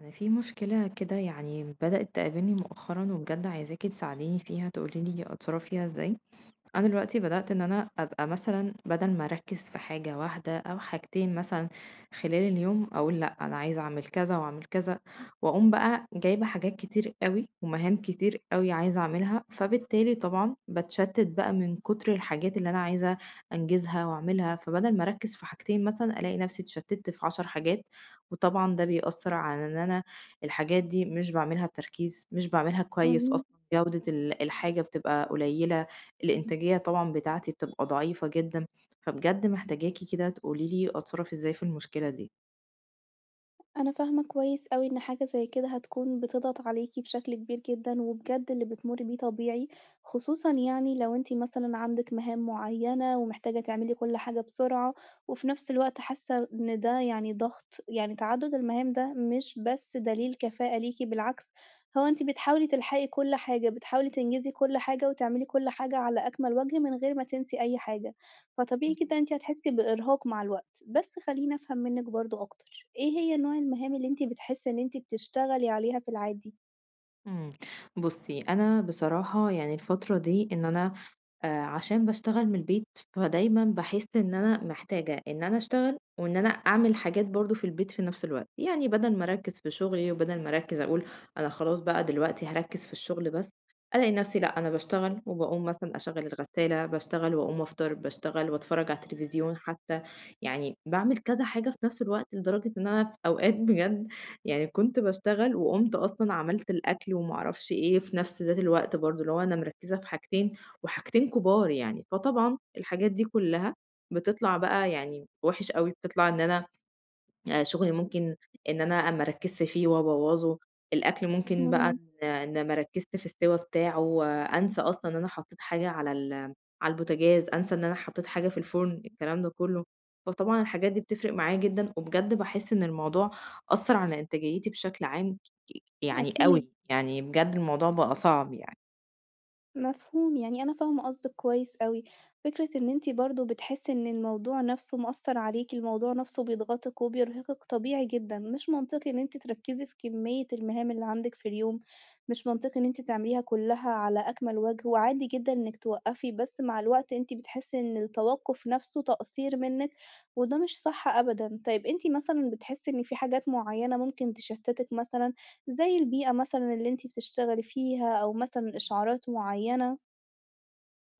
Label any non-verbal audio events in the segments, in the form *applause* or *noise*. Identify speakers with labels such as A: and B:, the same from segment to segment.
A: أنا في مشكلة كده يعني بدأت تقابلني مؤخرًا وبجد عايزاكِ تساعديني فيها، تقولي لي أتصرّف فيها إزاي. أنا دلوقتي بدأت إن أنا أبقى مثلًا بدل ما أركّز في حاجة واحدة أو حاجتين مثلًا خلال اليوم، أقول لأ، أنا عايزة أعمل كذا وأعمل كذا، وأقوم بقى جايبة حاجات كتير أوي ومهام كتير أوي عايزة أعملها، فبالتالي طبعًا باتشتت بقى من كتر الحاجات اللي أنا عايزة أنجزها وأعملها، فبدل ما أركّز في حاجتين مثلًا، ألاقي نفسي اتشتت في 10 حاجات، وطبعًا ده بيأثّر على إن أنا الحاجات دي مش باعملها بتركيز، مش باعملها كويس
B: اهم.
A: أصلًا، جودة الحاجة بتبقى قليلة. الإنتاجية طبعًا بتاعتي بتبقى ضعيفة جدًا، فبجد محتاجاكِ كده تقولي لي أتصرّف إزاي في المشكلة دي.
B: أنا فاهمة كويس أوي إن حاجة زي كده هتكون بتضغط عليكِ بشكل كبير جدًا، وبجد اللي بتمُرّي بيه طبيعي، خصوصًا يعني لو أنتِ مثلًا عندِك مهام معيّنة ومحتاجة تعملي كل حاجة بسرعة، وفي نفس الوقت حاسة إن ده يعني ضغط، يعني تعدُّد المهام ده مش بس دليل كفاءة ليكِ بالعكس، هو أنتِ بتحاولي تلحقي كل حاجة، بتحاولي تنجزي كل حاجة وتعملي كل حاجة على أكمل وجه من غير ما تنسي أي حاجة، فطبيعي جدًا أنتِ هتحسي بإرهاق مع الوقت. بس خلّيني أفهم منِّك برضه أكتر، إيه هي نوع المهام اللي أنتِ بتحسّي إن أنتِ بتشتغلي عليها في العادي؟
A: إمم، بُصّي، أنا بصراحة يعني الفترة دي إن أنا عشان باشتغل من البيت، فدايمًا باحس إن أنا محتاجة إن أنا أشتغل وإن أنا أعمل حاجات برضه في البيت في نفس الوقت، يعني بدل ما أركّز في شغلي وبدل ما أركّز أقول أنا خلاص بقى دلوقتي هاركّز في الشغل بس، ألاقي نفسي لأ، أنا باشتغل وباقوم مثلًا أشغّل الغسالة، باشتغل وأقوم أفطر، باشتغل وأتفرّج على التلفزيون حتى، يعني باعمل كذا حاجة في نفس الوقت لدرجة إن أنا في أوقات بجد يعني كنت باشتغل وقُمت أصلًا عملت الأكل وما أعرفش إيه في نفس ذات الوقت برضه، اللي هو أنا مركّزة في حاجتين وحاجتين كُبار يعني، فطبعًا الحاجات دي كلّها بتطلع بقى يعني وِحِش أوي، بتطلع إن أنا شغلي ممكن إن أنا ما أركّزش فيه وأبوّظه، الأكل ممكن بقى
B: إمم،
A: إن ما أركّزش في السِوَى بتاعه، آه، أنسى أصلًا إن أنا حطّيت حاجة على البوتاجاز، أنسى إن أنا حطّيت حاجة في الفُرن، الكلام ده كلّه. فطبعًا الحاجات دي بتفرق معايا جدًا، وبجد باحس إن الموضوع أثّر على إنتاجيتي بشكل عام يعني
B: أكيد.
A: أوي، يعني بجد الموضوع بقى صعب يعني.
B: مفهوم، يعني أنا فاهمة قصدِك كويس أوي، فكرة إن أنتِ برضه بتحسّي إن الموضوع نَفْسه مأثّر عليكِ، الموضوع نَفْسه بيضغطِك وبيرهقِك طبيعي جدًا، مش منطقي إن أنتِ تركّزي في كمية المهام اللي عندِك في اليوم، مش منطقي إن أنتِ تعمليها كلّها على أكمل وجه، وعادي جدًا إنِّك توقّفي، بس مع الوقت أنتِ بتحسّي إن التوقُّف نَفْسه تقصير منِّك، وده مش صح أبدًا. طيب أنتِ مثلًا بتحسّي إن في حاجات معيّنة ممكن تشتّتِك مثلًا؟ زي البيئة مثلًا اللي أنتِ بتشتغلي فيها أو مثلًا إشعارات معيّنة.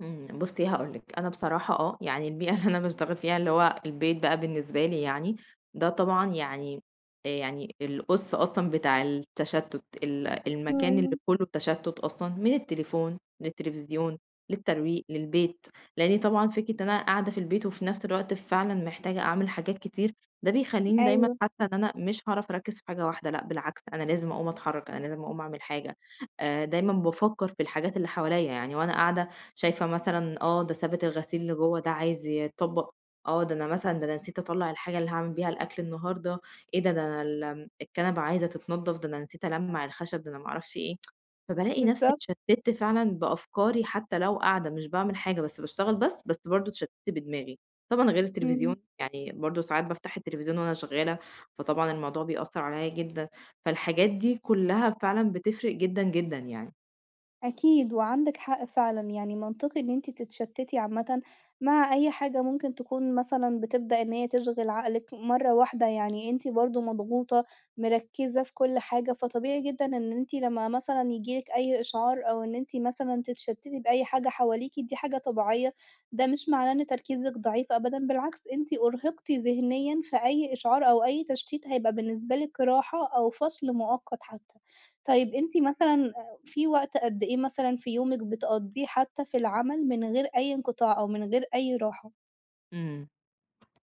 A: بُصّي هاقول لِك، أنا بصراحة آه، يعني البيئة اللي أنا باشتغل فيها اللي هو البيت بقى بالنسبة لي يعني، ده طبعًا يعني يعني القُص أصلًا بتاع التشتُّت، المكان اللي
B: إمم،
A: كلّه تشتُّت أصلًا، من التليفون، للتلفزيون، للترويق، للبيت، لإني طبعًا فكرة إن أنا قاعدة في البيت وفي نفس الوقت فعلًا محتاجة أعمل حاجات كتير، ده بيخلّيني دايمًا
B: أيوه،
A: حاسة إن أنا مش هاعرف أركّز في حاجة واحدة، لأ بالعكس أنا لازم أقوم أتحرّك، أنا لازم أقوم أعمل حاجة، دايمًا بافكّر في الحاجات اللي حواليّا، يعني وأنا قاعدة شايفة مثلًا آه، ده سابت الغسيل اللي جوّه ده عايز يتطبّق، آه، ده أنا مثلًا ده أنا نسيت أطلّع الحاجة اللي هاعمل بيها الأكل النهارده، إيه ده، ده أنا الكنبة عايزة تتنضّف، ده أنا نسيت ألمّع الخشب، ده أنا ما أعرفش إيه. فبالاقي نفسي
B: بالضبط،
A: اتشتِّت فعلًا بأفكاري حتى لو قاعدة مش باعمل حاجة بس باشتغل بس، بس برضه اتشتِّت بدماغي. طبعًا غير
B: إمم.
A: التلفزيون، يعني برضه ساعات بافتح التلفزيون وأنا شغّالة، فطبعًا الموضوع بيأثّر عليّا جدًا. فالحاجات دي كُلّها فعلًا بتفرق جدًا، جدًا يعني.
B: أكيد، وعندِك حق فعلًا، يعني منطقي إن أنتِ تتشتِّتي عامةً مع أي حاجة ممكن تكون مثلًا بتبدأ إن هي تشغِل عقلِك مرّة واحدة، يعني أنتِ برضه مضغوطة، مركِّزة في كل حاجة، فطبيعي جدًا إن أنتِ لمّا مثلًا ييجي لِك أي إشعار أو إن أنتِ مثلًا تتشتِّتي بأي حاجة حواليكِ، دي حاجة طبيعية، ده مش معناه إن تركيزِك ضعيف أبدًا، بالعكس أنتِ أُرهقتِ ذهنيًا، فأي إشعار أو أي تشتيت هيبقى بالنسبة لِك راحة أو فصل مؤقت حتى. طيب
A: إمم.
B: أنتِ مثلًا في وقت قد إيه مثلًا في يومِك بتقضّيه حتى في العمل من غير أي انقطاع أو من غير أي راحة؟
A: إمم.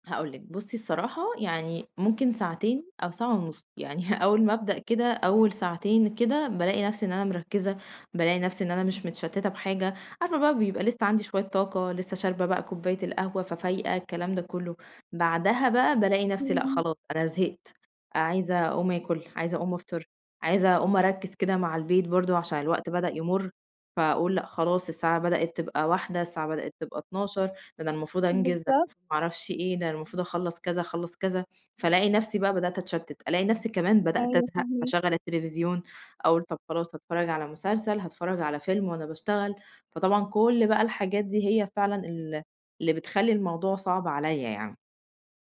A: هاقول لِك، بُصّي الصراحة يعني ممكن ساعتين أو ساعة ونُص، يعني *laughs* أول ما أبدأ كده أول ساعتين كده بالاقي نفسي إن أنا مركّزة، بالاقي نفسي إن أنا مش متشتتة بحاجة، عارفة بقى بيبقى لسه عندي شوية طاقة، لسه شاربة بقى كوباية القهوة ففايقة الكلام ده كلّه، بعدها بقى بالاقي نفسي لأ
B: إمم،
A: خلاص أنا زهقت، عايزة أقوم آكل، عايزة أقوم أفطر، عايزة أقوم أركّز كده مع البيت برضه عشان الوقت بدأ يمُر، فأقول لأ خلاص الساعة بدأت تبقى 13:00 الساعة بدأت تبقى 12:00 ده أنا المفروض أنجز، ده أنا
B: بالضبط،
A: المفروض ما أعرفش إيه، ده أنا المفروض أخلّص كذا، أخلّص كذا، فالاقي نفسي بقى بدأت أتشتت، ألاقي نفسي كمان بدأت
B: أيوه
A: أزهق،
B: فاهماكِ.
A: فاشغّل التلفزيون، أقول طب خلاص هاتفرّج على مسلسل، هاتفرّج على فيلم وأنا باشتغل، فطبعًا كل بقى الحاجات دي هي فعلًا اللي بتخلّي الموضوع صعب عليَّ يعني.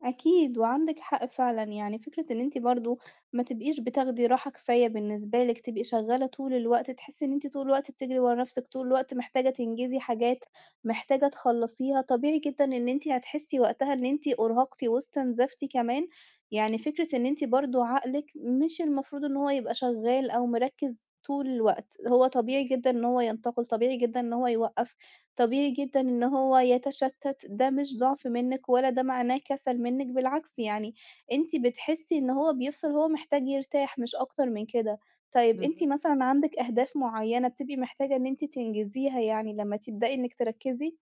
B: أكيد، وعندِك حق فعلًا، يعني فكرة إن أنتِ برضه ما تبقيش بتاخدي راحة كفاية بالنسبة لِك، تبقي شغالة طول الوقت، تحسي إن أنتِ طول الوقت بتجري ورا نفسِك، طول الوقت محتاجة تنجزي
A: بالضبط،
B: حاجات، محتاجة تخلّصيها، طبيعي جدًا إن أنتِ هتحسي وقتها إن أنتِ أُرهقتِ واستنزفتِ كمان، يعني فكرة إن أنتِ برضه عقلِك مش المفروض إن هو يبقى شغال أو مركّز طول الوقت، هو طبيعي جدًا إن هو ينتقل، طبيعي جدًا إن هو يوقّف. طبيعي جدًا إن هو يتشتت، ده مش ضعف منِّك ولا ده معناه كسل منِّك، بالعكس يعني أنتِ بتحسي إن هو بيفصل، هو محتاج يرتاح مش أكتر من كده. طيب أنتِ
A: بالضبط.
B: مثلًا عندِك أهداف معيّنة بتبقي محتاجة إن أنتِ تنجزيها يعني لمّا تبدئي إنِّك تركّزي؟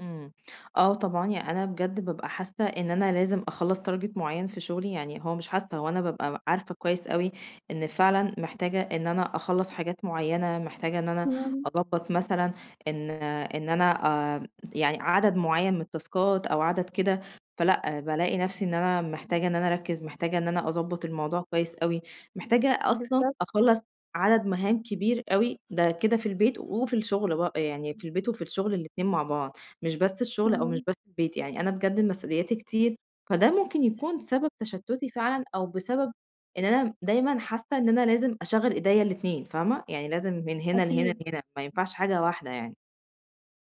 A: إمم. آه طبعًا، يعني أنا بجد بابقى حاسة إن أنا لازم أخلّص target معيّن في شغلي، يعني هو مش حاسة، هو أنا بابقى عارفة كويس أوي إن فعلًا محتاجة إن أنا أخلّص حاجات معيّنة، محتاجة إن أنا
B: إمم،
A: أضبّط مثلًا إن إن أنا آآ يعني عدد معيّن من التاسكات أو عدد كده، فلأ، بالاقي نَفْسي إن أنا محتاجة إن أنا أركّز، محتاجة إن أنا أضبّط الموضوع كويس أوي، محتاجة أصلًا
B: بالضبط،
A: أخلّص عدد مهام كبير أوي، ده كده في البيت وفي الشغل بقى، يعني في البيت وفي الشغل الاتنين مع بعض. مش بس الشغل أو مش
B: إمم،
A: بس البيت، يعني أنا بجد مسؤولياتي كتير، فده ممكن يكون سبب تشتُّتي فعلًا أو بسبب إن أنا دايمًا حاسة إن أنا لازم أشغّل إيديّا الاتنين فاهمة؟ يعني لازم من هنا لهنا
B: أكيد.
A: لهنا، ما ينفعش حاجة واحدة يعني.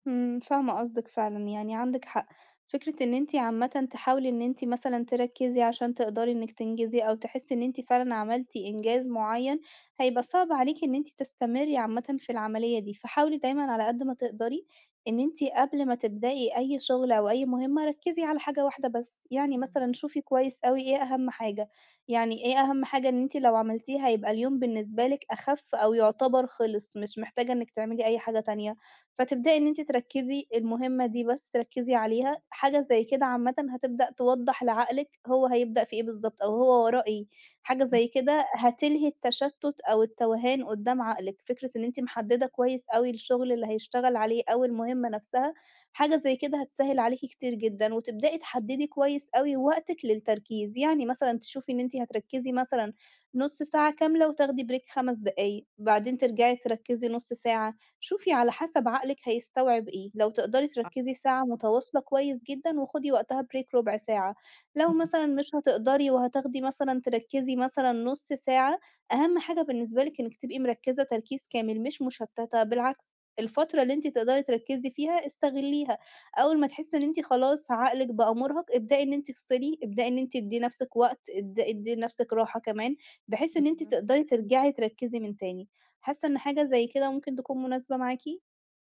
B: إمم، فاهمة قصدِك فعلًا، يعني عندِك حق، فكرة إن أنتِ عامةً تحاولي إن أنتِ مثلًا تركّزي عشان تقدري إنِّك تنجزي، أو تحسّي إن أنتِ فعلًا عملتِ إنجاز معيّن، هيبقى صعب عليكِ إن أنتِ تستمري عامةً في العملية دي، فحاولي دايمًا على قد ما تقدري إن أنتِ قبل ما تبدئي أي شغل أو أي مهمة ركّزي على حاجة واحدة بس، يعني
A: إمم،
B: مثلًا شوفي كويس أوي إيه أهم حاجة، يعني إيه أهم حاجة إن أنتِ لو عملتيها يبقى اليوم بالنسبة لِك أخف أو يُعتبر خلص، مش محتاجة إنِّك تعملي أي حاجة تانية. فتبدئي إن أنتِ تركّزي المهمة دي بس، تركّزي عليها، حاجة زي كده عامةً هتبدأ توضّح لعقلِك هو هيبدأ في إيه بالضبط، أو هو وراه إيه، حاجة
A: إمم،
B: زي كده هتلهي التشتُّت أو التوهان قدّام عقلِك، فكرة إن أنتِ محدّدة كويس أوي الشغل اللي هيشتغل عليه أو المهمة نفْسها، حاجة زي كده هتسهّل عليكِ كتير جدًا، وتبدئي تحدّدي كويس أوي وقتِك للتركيز، يعني مثلًا تشوفي إن أنتِ هتركّزي مثلًا نُص ساعة كاملة وتاخدي break 5 دقايق، بعدين ترجعي تركّزي نُص ساعة. شوفي على حسب عقلِك هيستوعب إيه، لو تقدري
A: صح.
B: تركّزي ساعة متواصلة كويس جدًا وخُدي وقتها break رُبع ساعة، لو
A: إمم،
B: مثلًا مش هتقدري وهتاخدي مثلًا تركّزي مثلًا نُص ساعة، أهم حاجة بالنسبة لِك إنِّك تبقي مركّزة تركيز كامل مش مُشتّتة، بالعكس الفترة اللي أنتِ تقدري تركّزي فيها استغلّيها، أول ما تحسّي إن أنتِ خلاص عقلِك بقى مُرهَق، ابدئي إن أنتِ افصلي، ابدئي إن أنتِ ادّي نَفْسِك وقت، ادّي لنَفْسِك راحة كمان، بحيث إن أنتِ
A: بالضبط.
B: تقدري ترجعي تركّزي من تاني. حاسة إن حاجة زي كده ممكن تكون مناسبة معاكِ؟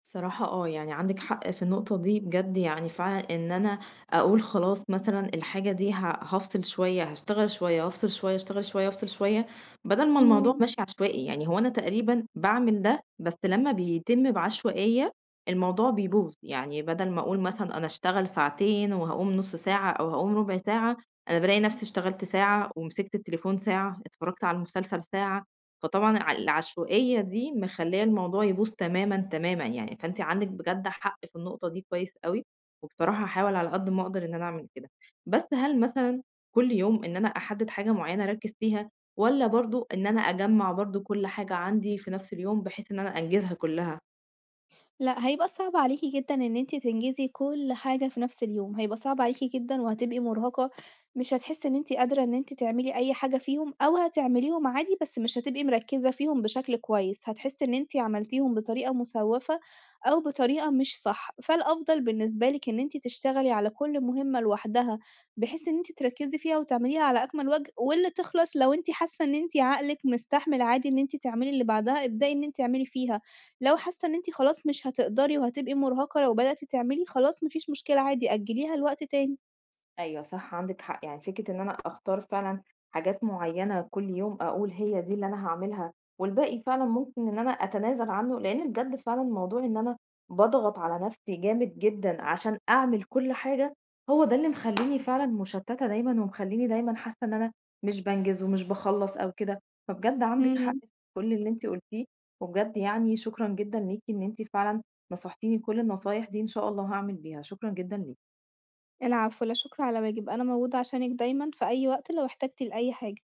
A: صراحة آه، يعني عندِك حق في النقطة دي بجد يعني فعلًا إن أنا أقول خلاص مثلًا الحاجة دي هافصل شوية، هاشتغل شوية، وأفصل شوية، أشتغل شوية، وأفصل شوية، بدل ما الموضوع
B: إمم،
A: ماشي عشوائي، يعني هو أنا تقريبًا باعمل ده بس لمّا بيتم بعشوائية الموضوع بيبوظ، يعني بدل ما أقول مثلًا أنا هاشتغل ساعتين وهاقوم نُص ساعة أو هاقوم ربع ساعة، أنا بالاقي نفسي اشتغلت ساعة ومسكت التليفون ساعة، اتفرجت على المسلسل ساعة، فطبعًا ع العشوائية دي مخلّية الموضوع يبوظ تمامًا، تمامًا يعني، فأنتِ عندِك بجد حق في النقطة دي كويس أوي، وبصراحة هاحاول على قد ما أقدر إن أنا أعمل كده. بس هل مثلًا كل يوم إن أنا أحدد حاجة معيّنة أركّز فيها والّا برضه إن أنا أجمّع برضه كل حاجة عندي في نفس اليوم بحيث إن أنا أنجزها كلها؟
B: لأ، هيبقى صعب عليكِ جدًا إن أنتِ تنجزي كل حاجة في نفس اليوم، هيبقى صعب عليكِ جدًا وهتبقي مرهقة، مش هتحسي إن أنتِ قادرة إن أنتِ تعملي أي حاجة فيهم، أو هتعمليهم عادي بس مش هتبقي مركزة فيهم بشكل كويس، هتحسي إن أنتِ عملتيهم بطريقة مسوفة أو بطريقة مش صح، فالأفضل بالنسبة لِك إن أنتِ تشتغلي على كل مهمة لوحدها، بحيث إن أنتِ تركزي فيها وتعمليها على أكمل وجه، واللي تخلص لو أنتِ حاسة إن أنتِ عقلِك مستحمل عادي إن أنتِ تعملي اللي بعدها، ابدئي إن أنتِ اعملي فيها. لو حاسة إن أنتِ خلاص مش هتقدري وهتبقي مرهقة لو بدأتِ تعملي، خلاص ما فيش مشكلة عادي أجّليها لوقت تاني.
A: أيوه صح عندِك حق، يعني فكرة إن أنا أختار فعلًا حاجات معيّنة كل يوم أقول هي دي اللي أنا هاعملها، والباقي فعلًا ممكن إن أنا أتنازل عنه، لإن بجد فعلًا موضوع إن أنا باضغط على نفسي جامد جدًا عشان أعمل كل حاجة، هو ده اللي مخلّيني فعلًا مشتتة دايمًا، ومخلّيني دايمًا حاسة إن أنا مش بانجز ومش باخلّص أو كده، فبجد عندِك حق
B: إمم.
A: في كل اللي أنتِ قُلتيه، وبجد يعني شكرًا جدًا ليكِ إن أنتِ فعلًا نصحتيني كل النصايح دي، إن شاء الله هاعمل بيها، شكرًا جدًا ليكِ.
B: العفو، لا شكر على واجب، أنا موجودة عشانِك دايمًا في أي وقت لو احتجتِ لأي حاجة.